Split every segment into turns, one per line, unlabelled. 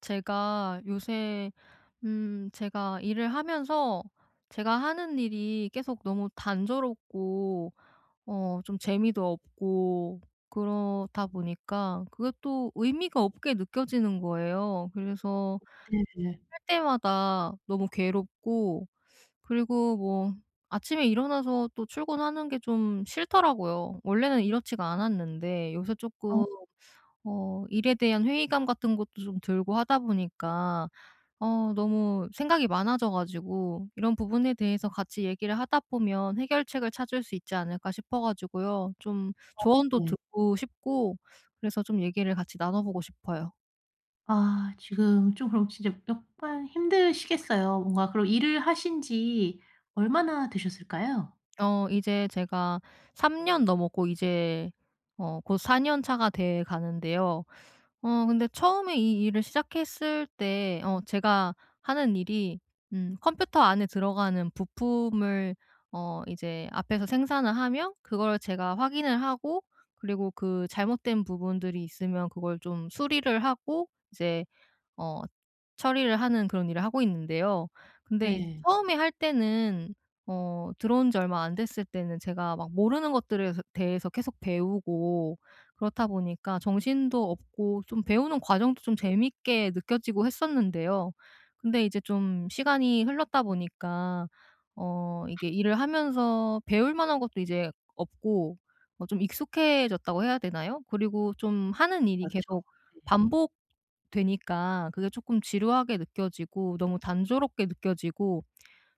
제가 요새 제가 일을 하면서, 제가 하는 일이 계속 너무 단조롭고, 좀 재미도 없고, 그러다 보니까 그게 또 의미가 없게 느껴지는 거예요. 그래서
네네.
할 때마다 너무 괴롭고, 그리고 뭐 아침에 일어나서 또 출근하는 게 좀 싫더라고요. 원래는 이렇지가 않았는데 요새
어
조금 일에 대한 회의감 같은 것도 좀 들고 하다 보니까 너무 생각이 많아져 가지고, 이런 부분에 대해서 같이 얘기를 하다 보면 해결책을 찾을 수 있지 않을까 싶어 가지고요. 좀 조언도
네.
듣고 싶고, 그래서 좀 얘기를 같이 나눠 보고 싶어요.
아 지금 좀 그럼 진짜 약간 힘드시겠어요. 뭔가 그럼 일을 하신 지 얼마나 되셨을까요?
이제 제가 3년 넘었고, 이제 곧 4년 차가 돼 가는데요. 근데 처음에 이 일을 시작했을 때 제가 하는 일이, 컴퓨터 안에 들어가는 부품을 이제 앞에서 생산을 하면 그걸 제가 확인을 하고, 그리고 그 잘못된 부분들이 있으면 그걸 좀 수리를 하고 이제 어 처리를 하는 그런 일을 하고 있는데요. 근데 이제
네.
처음에 할 때는 들어온 지 얼마 안 됐을 때는 제가 막 모르는 것들에 대해서 계속 배우고, 그렇다 보니까 정신도 없고 좀 배우는 과정도 좀 재밌게 느껴지고 했었는데요. 근데 이제 좀 시간이 흘렀다 보니까 이게 일을 하면서 배울 만한 것도 이제 없고, 좀 익숙해졌다고 해야 되나요? 그리고 좀 하는 일이
그렇죠.
계속
네.
반복 되니까 그게 조금 지루하게 느껴지고 너무 단조롭게 느껴지고,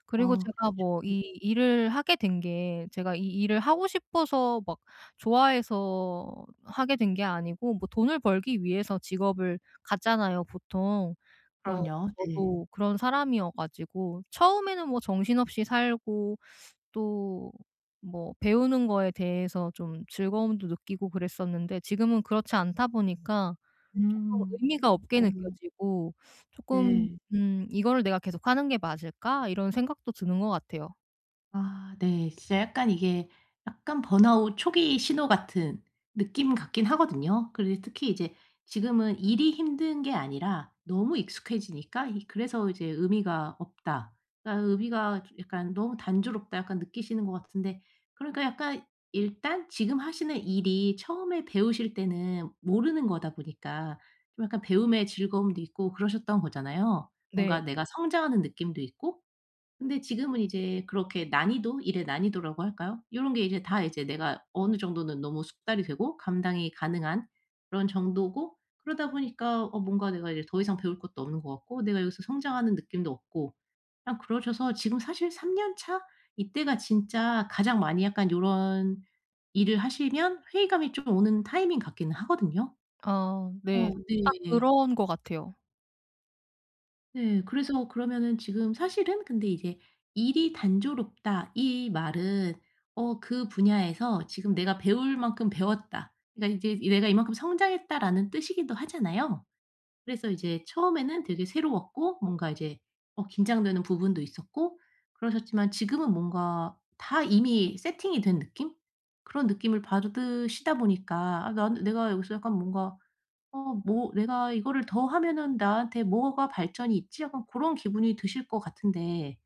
그리고
아
제가
그렇죠.
뭐
네.
이 일을 하게 된 게 제가 이 일을 하고 싶어서 막 좋아해서 하게 된 게 아니고, 뭐 돈을 벌기 위해서 직업을 갖잖아요 보통. 어
그럼요. 네.
저도 그런 사람이어 가지고, 처음에는 뭐 정신없이 살고, 또 뭐 배우는 거에 대해서 좀 즐거움도 느끼고 그랬었는데, 지금은 그렇지 않다 보니까 쪼끔
음.
의미가 없게
맞아요.
느껴지고 쪼끔
네.
'이거를 내가 계속하는 게 맞을까?' 이런 생각도 드는 것 같아요.
아 네. 진짜 약간 이게 약간 번아웃 초기 신호 같은 느낌 같긴 하거든요. 그리고 특히 이제 지금은 일이 힘든 게 아니라 너무 익숙해지니까 이 그래서 이제 '의미가 없다.' 그러니까 '의미가 약간 너무 단조롭다.' 약간 느끼시는 것 같은데 그러니까 약간 일단 지금 하시는 일이 처음에 배우실 때는 모르는 거다 보니까 좀 약간 배움의 즐거움도 있고 그러셨던 거잖아요. 뭔가
네.
내가 성장하는 느낌도 있고 근데 지금은 이제 그렇게 난이도 일의 난이도라고 할까요? 요런 게 이제 다 이제 내가 어느 정도는 너무 숙달이 되고 감당이 가능한 그런 정도고 그러다 보니까 어 뭔가 내가 이제 더 이상 배울 것도 없는 것 같고 내가 여기서 성장하는 느낌도 없고 그냥 그러셔서 지금 사실 3년 차 이때가 진짜 가장 많이 약간 요런 일을 하시면 회의감이 좀 오는 타이밍 같기는 하거든요.
아
어
네. 딱
네.
그런 것 같아요.
네. 그래서 그러면은 지금 사실은 근데 이제 "일이 단조롭다." 이 말은 어 그 분야에서 지금 내가 배울 만큼 배웠다. 그러니까 이제 '내가 이만큼 성장했다.'라는 뜻이기도 하잖아요. 그래서 이제 처음에는 되게 새로웠고 뭔가 이제 어 긴장되는 부분도 있었고 그러셨지만 지금은 뭔가 다 이미 세팅이 된 느낌? 그런 느낌을 받으시다 보니까 '아 난 내가 여기서 약간 뭔가 어 뭐 '내가 이거를 더 하면은 나한테 뭐가 발전이 있지?' 약간 그런 기분이 드실 것 같은데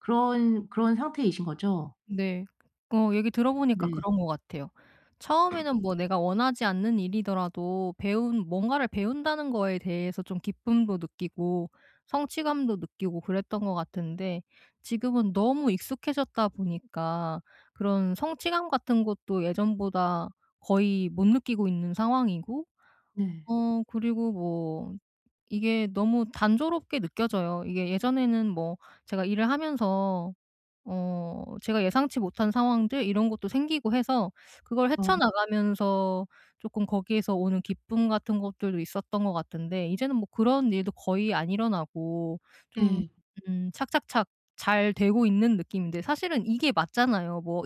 그런 상태이신 거죠?
네. 얘기 들어보니까
네.
그런 것 같아요. 처음에는 뭐 내가 원하지 않는 일이더라도 배운 뭔가를 배운다는 거에 대해서 좀 기쁨도 느끼고 성취감도 느끼고 그랬던 것 같은데, 지금은 너무 익숙해졌다 보니까 그런 성취감 같은 것도 예전보다 거의 못 느끼고 있는 상황이고,
네.
그리고 뭐 이게 너무 단조롭게 느껴져요. 이게 예전에는 뭐 제가 일을 하면서 제가 예상치 못한 상황들 이런 것도 생기고 해서 그걸
어
헤쳐나가면서 조금 거기에서 오는 기쁨 같은 것들도 있었던 것 같은데, 이제는 뭐 그런 일도 거의 안 일어나고 좀
네.
착착착 잘 되고 있는 느낌인데, 사실은 이게 맞잖아요. 뭐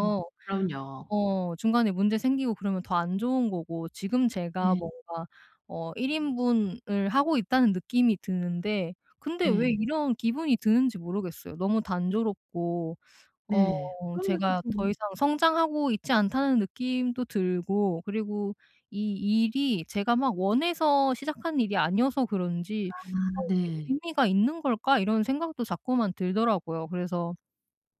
어 그럼요.
중간에 문제 생기고 그러면 더 안 좋은 거고, 지금 제가
네.
뭔가 1인분 인분을 하고 있다는 느낌이 드는데, 근데 왜
네.
이런 기분이 드는지 모르겠어요. 너무 단조롭고, 어
네. 그럼요,
제가
그럼요.
더 이상 성장하고 있지 않다는 느낌도 들고, 그리고 이 일이 제가 막 원해서 시작한 일이 아니어서 그런지
아
이게
네.
의미가 있는 걸까?' 이런 생각도 자꾸만 들더라고요. 그래서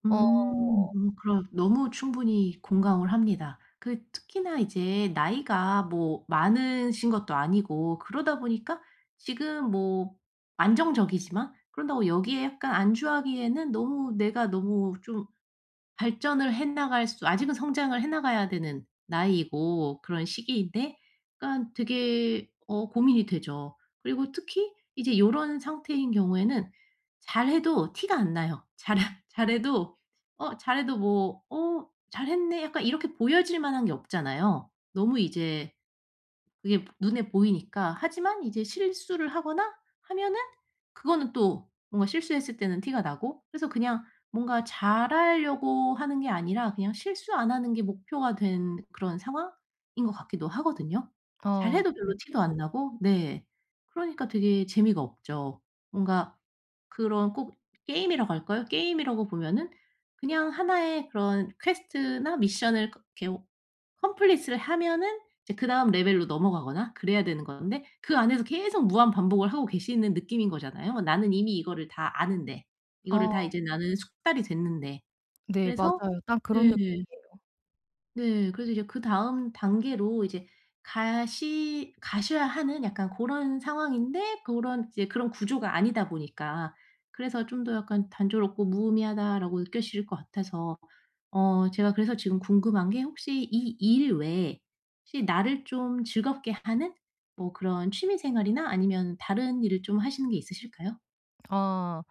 어
음. 그럼 너무 충분히 공감을 합니다. 그 특히나 이제 나이가 뭐 많으신 것도 아니고 그러다 보니까 지금 뭐 안정적이지만 그런다고 여기에 약간 안주하기에는 너무 내가 너무 좀 발전을 해 나갈 수 아직은 성장을 해 나가야 되는 나이이고 그런 시기인데 그러니까 되게 어 고민이 되죠. 그리고 특히 이제 요런 상태인 경우에는 잘해도 티가 안 나요. 잘 잘해도 어 잘해도 뭐 '어 잘했네.' 약간 이렇게 보여질 만한 게 없잖아요. 너무 이제 그게 눈에 보이니까. 하지만 이제 실수를 하거나 하면은 그거는 또 뭔가 실수했을 때는 티가 나고 그래서 그냥 뭔가 잘하려고 하는 게 아니라 그냥 실수 안 하는 게 목표가 된 그런 상황인 것 같기도 하거든요. 잘해도
어
별로 티도 안 나고 네. 그러니까 되게 재미가 없죠. 뭔가 그런 꼭 게임이라고 할까요? 게임이라고 보면은 그냥 하나의 그런 퀘스트나 미션을 그 이렇게 컴플릿을 하면은 이제 그다음 레벨로 넘어가거나 그래야 되는 건데 그 안에서 계속 무한 반복을 하고 계시는 느낌인 거잖아요. 뭐 나는 이미 이거를 다 아는데 이거를 다
어
이제 나는 숙달이 됐는데.
네,
그래서
맞아요. 딱 그런
네.
느낌이에요.
네. 그래서 이제 그다음 단계로 이제 가시 가셔야 하는 약간 고런 상황인데 고런 이제 그런 구조가 아니다 보니까 그래서 좀 더 약간 '단조롭고 무의미하다.'라고 느껴지실 것 같아서 어 제가 그래서 지금 궁금한 게 혹시 이 일 외에 혹시 나를 좀 즐겁게 하는 뭐 그런 취미 생활이나 아니면 다른 일을 좀 하시는 게 있으실까요?
아.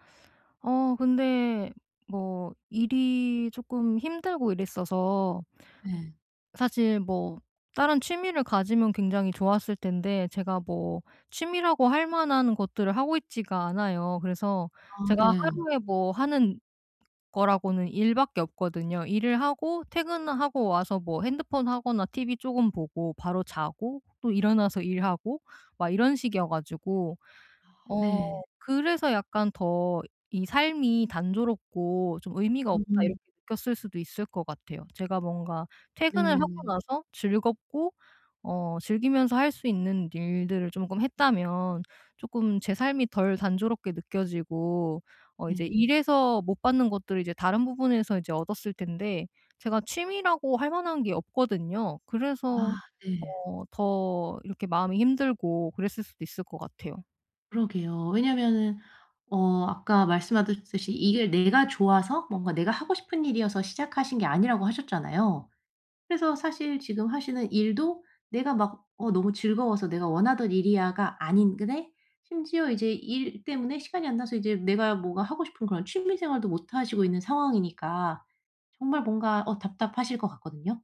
근데 뭐 일이 쪼끔 힘들고 이랬어서,
네.
사실 뭐 다른 취미를 가지면 굉장히 좋았을 텐데 제가 뭐 취미라고 할 만한 것들을 하고 있지가 않아요. 그래서
아 네.
제가 하루에 뭐 하는 거라고는 일밖에 없거든요. 일을 하고 퇴근하고 와서 뭐 핸드폰 하거나 TV 조금 보고 바로 자고 또 일어나서 일하고 막 이런 식이어 가지고. 음. 어
네.
그래서 약간 더 이 '삶이 단조롭고 좀 의미가 없다.'
음.
이렇게 느꼈을 수도 있을 것 같아요. 제가 뭔가 퇴근을 하고
네.
나서 즐겁고 즐기면서 할 수 있는 일들을 쪼금 했다면, 쪼끔 제 삶이 덜 단조롭게 느껴지고 이제
네.
일에서 못 받는 것들을 이제 다른 부분에서 이제 얻었을 텐데, 제가 취미라고 할 만한 게 없거든요. 그래서
아 네.
더 이렇게 마음이 힘들고 그랬을 수도 있을 것 같아요.
그러게요. 왜냐면은 어 아까 말씀하셨듯이 이게 내가 좋아서 뭔가 내가 하고 싶은 일이어서 시작하신 게 아니라고 하셨잖아요. 그래서 사실 지금 하시는 일도 내가 막 어 너무 즐거워서 내가 원하던 일이야가 아닌데 심지어 이제 일 때문에 시간이 안 나서 이제 내가 뭔가 하고 싶은 그런 취미 생활도 못 하시고 있는 상황이니까 정말 뭔가 어 답답하실 것 같거든요.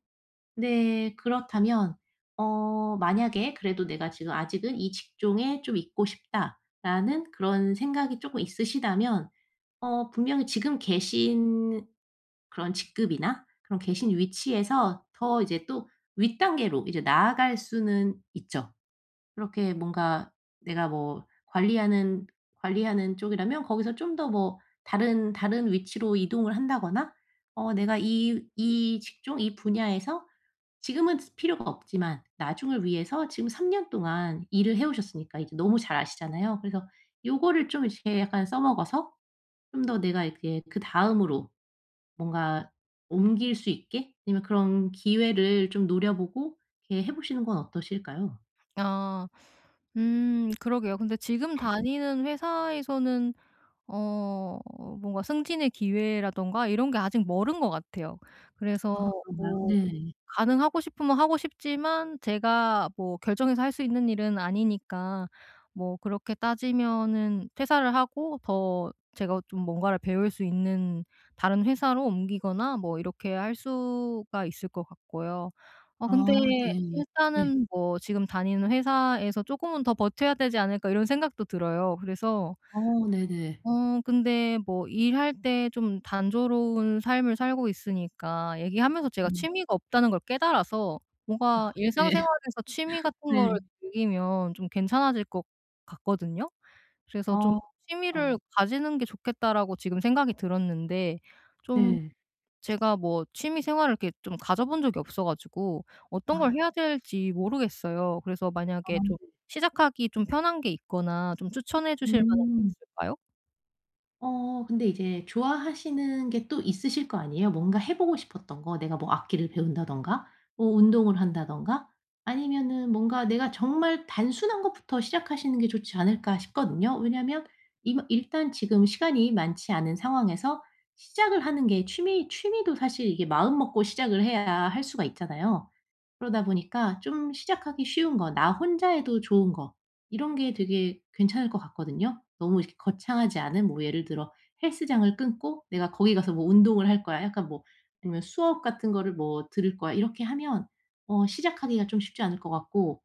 네. 그렇다면 어 만약에 그래도 '내가 지금 아직은 이 직종에 좀 있고 싶다.'라는 그런 생각이 조금 있으시다면 어 분명히 지금 계신 그런 직급이나 그런 계신 위치에서 더 이제 또 윗단계로 이제 나아갈 수는 있죠. 그렇게 뭔가 내가 뭐 관리하는 쪽이라면 거기서 좀 더 뭐 다른 위치로 이동을 한다거나 어 내가 이 직종 이 분야에서 지금은 필요가 없지만 나중을 위해서 지금 3년 동안 일을 해 오셨으니까 이제 너무 잘 아시잖아요. 그래서 요거를 좀 이렇게 약간 써먹어서 좀 더 내가 이렇게 그다음으로 뭔가 옮길 수 있게 아니면 그런 기회를 좀 노려보고 이렇게 해 보시는 건 어떠실까요?
아. 그러게요. 근데 지금 다니는 회사에서는 어 뭔가 승진의 기회라든가 이런 게 아직 멀은 것 같아요. 그래서
아 그런가요?
뭐
네.
가능하고 싶으면 하고 싶지만, 제가 뭐 결정해서 할 수 있는 일은 아니니까, 뭐 그렇게 따지면은 퇴사를 하고 더 제가 좀 뭔가를 배울 수 있는 다른 회사로 옮기거나 뭐 이렇게 할 수가 있을 것 같고요. 근데
아 네. 네.
일단은 뭐 지금 다니는 회사에서 '조금은 더 버텨야 되지 않을까.' 이런 생각도 들어요. 그래서
어 네네.
근데 뭐 일할 때 좀 단조로운 삶을 살고 있으니까, 얘기하면서 제가
음.
취미가 없다는 걸 깨달아서 뭔가
아 네.
일상생활에서 취미 같은 거를
네.
즐기면 좀 괜찮아질 것 같거든요. 그래서 좀
어 그쵸.
'취미를 가지는 게 좋겠다.'라고 지금 생각이 들었는데, 좀
네.
제가 뭐 취미 생활을 이렇게 좀 가져본 적이 없어 가지고 어떤 걸
아.
해야 될지 모르겠어요. 그래서
아
만약에 좀
네.
시작하기 좀 편한 게 있거나 좀 추천해 주실 만한 게
음.
있을까요?
어 근데 이제 좋아하시는 게 또 있으실 거 아니에요? 뭔가 해 보고 싶었던 거 내가 뭐 악기를 배운다든가 뭐 운동을 한다든가 아니면은 뭔가 내가 정말 단순한 것부터 시작하시는 게 좋지 않을까 싶거든요. 왜냐하면 이마 일단 지금 시간이 많지 않은 상황에서 시작을 하는 게 취미도 사실 이게 마음 먹고 시작을 해야 할 수가 있잖아요. 그러다 보니까 좀 시작하기 쉬운 거, 나 혼자 해도 좋은 거 이런 게 되게 괜찮을 것 같거든요. 너무 이렇게 거창하지 않은 뭐 예를 들어 헬스장을 끊고 '내가 거기 가서 뭐 운동을 할 거야.' 약간 뭐 아니면 '수업 같은 거를 뭐 들을 거야.' 이렇게 하면 어 시작하기가 좀 쉽지 않을 것 같고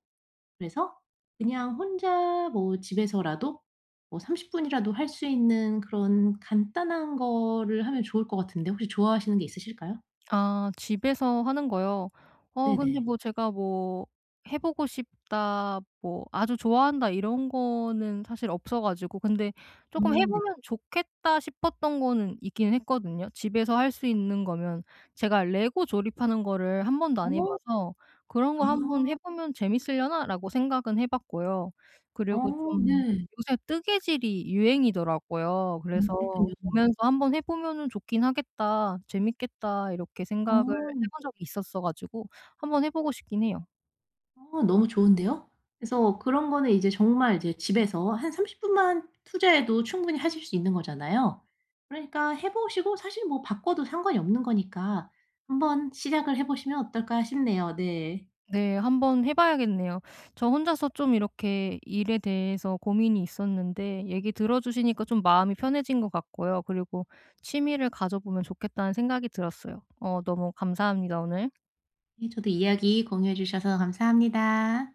그래서 그냥 혼자 뭐 집에서라도 뭐 30분 분이라도 할 수 있는 그런 간단한 거를 하면 좋을 것 같은데 혹시 좋아하시는 게 있으실까요?
아, 집에서 하는 거요? 근데
네네.
뭐 제가 뭐 해 보고 싶다, 뭐 아주 좋아한다 이런 거는 사실 없어 가지고, 근데 쪼끔 해
네.
보면 좋겠다 싶었던 거는 있긴 했거든요. 집에서 할 수 있는 거면, 제가 레고 조립하는 거를 한 번도 안 해
어.
봐서 '그런 걸 한번 해 보면 재밌으려나?'라고 생각은 해 봤고요. 그리고
어
좀
네.
요새 뜨개질이 유행이더라고요.
어
그래서
그렇군요.
보면서 '한번 해 보면은 좋긴 하겠다. 재밌겠다.' 이렇게 생각을 해
어.
본 적이 있었어 가지고 한번 해 보고 싶긴 해요.
어 너무 좋은데요? 그래서 그런 거는 이제 정말 이제 집에서 한 30분 분만 투자해도 충분히 하실 수 있는 거잖아요. 그러니까 해 보시고 사실 뭐 바꿔도 상관이 없는 거니까 '한번 시작을 해 보시면 어떨까?' 싶네요. 네.
네. 한번 해 봐야겠네요. 저 혼자서 좀 이렇게 일에 대해서 고민이 있었는데 얘기 들어 주시니까 좀 마음이 편해진 것 같고요. 그리고 '취미를 가져 보면 좋겠다.'는 생각이 들었어요. 너무 감사합니다, 오늘.
네 저도 이야기 공유해 주셔서 감사합니다.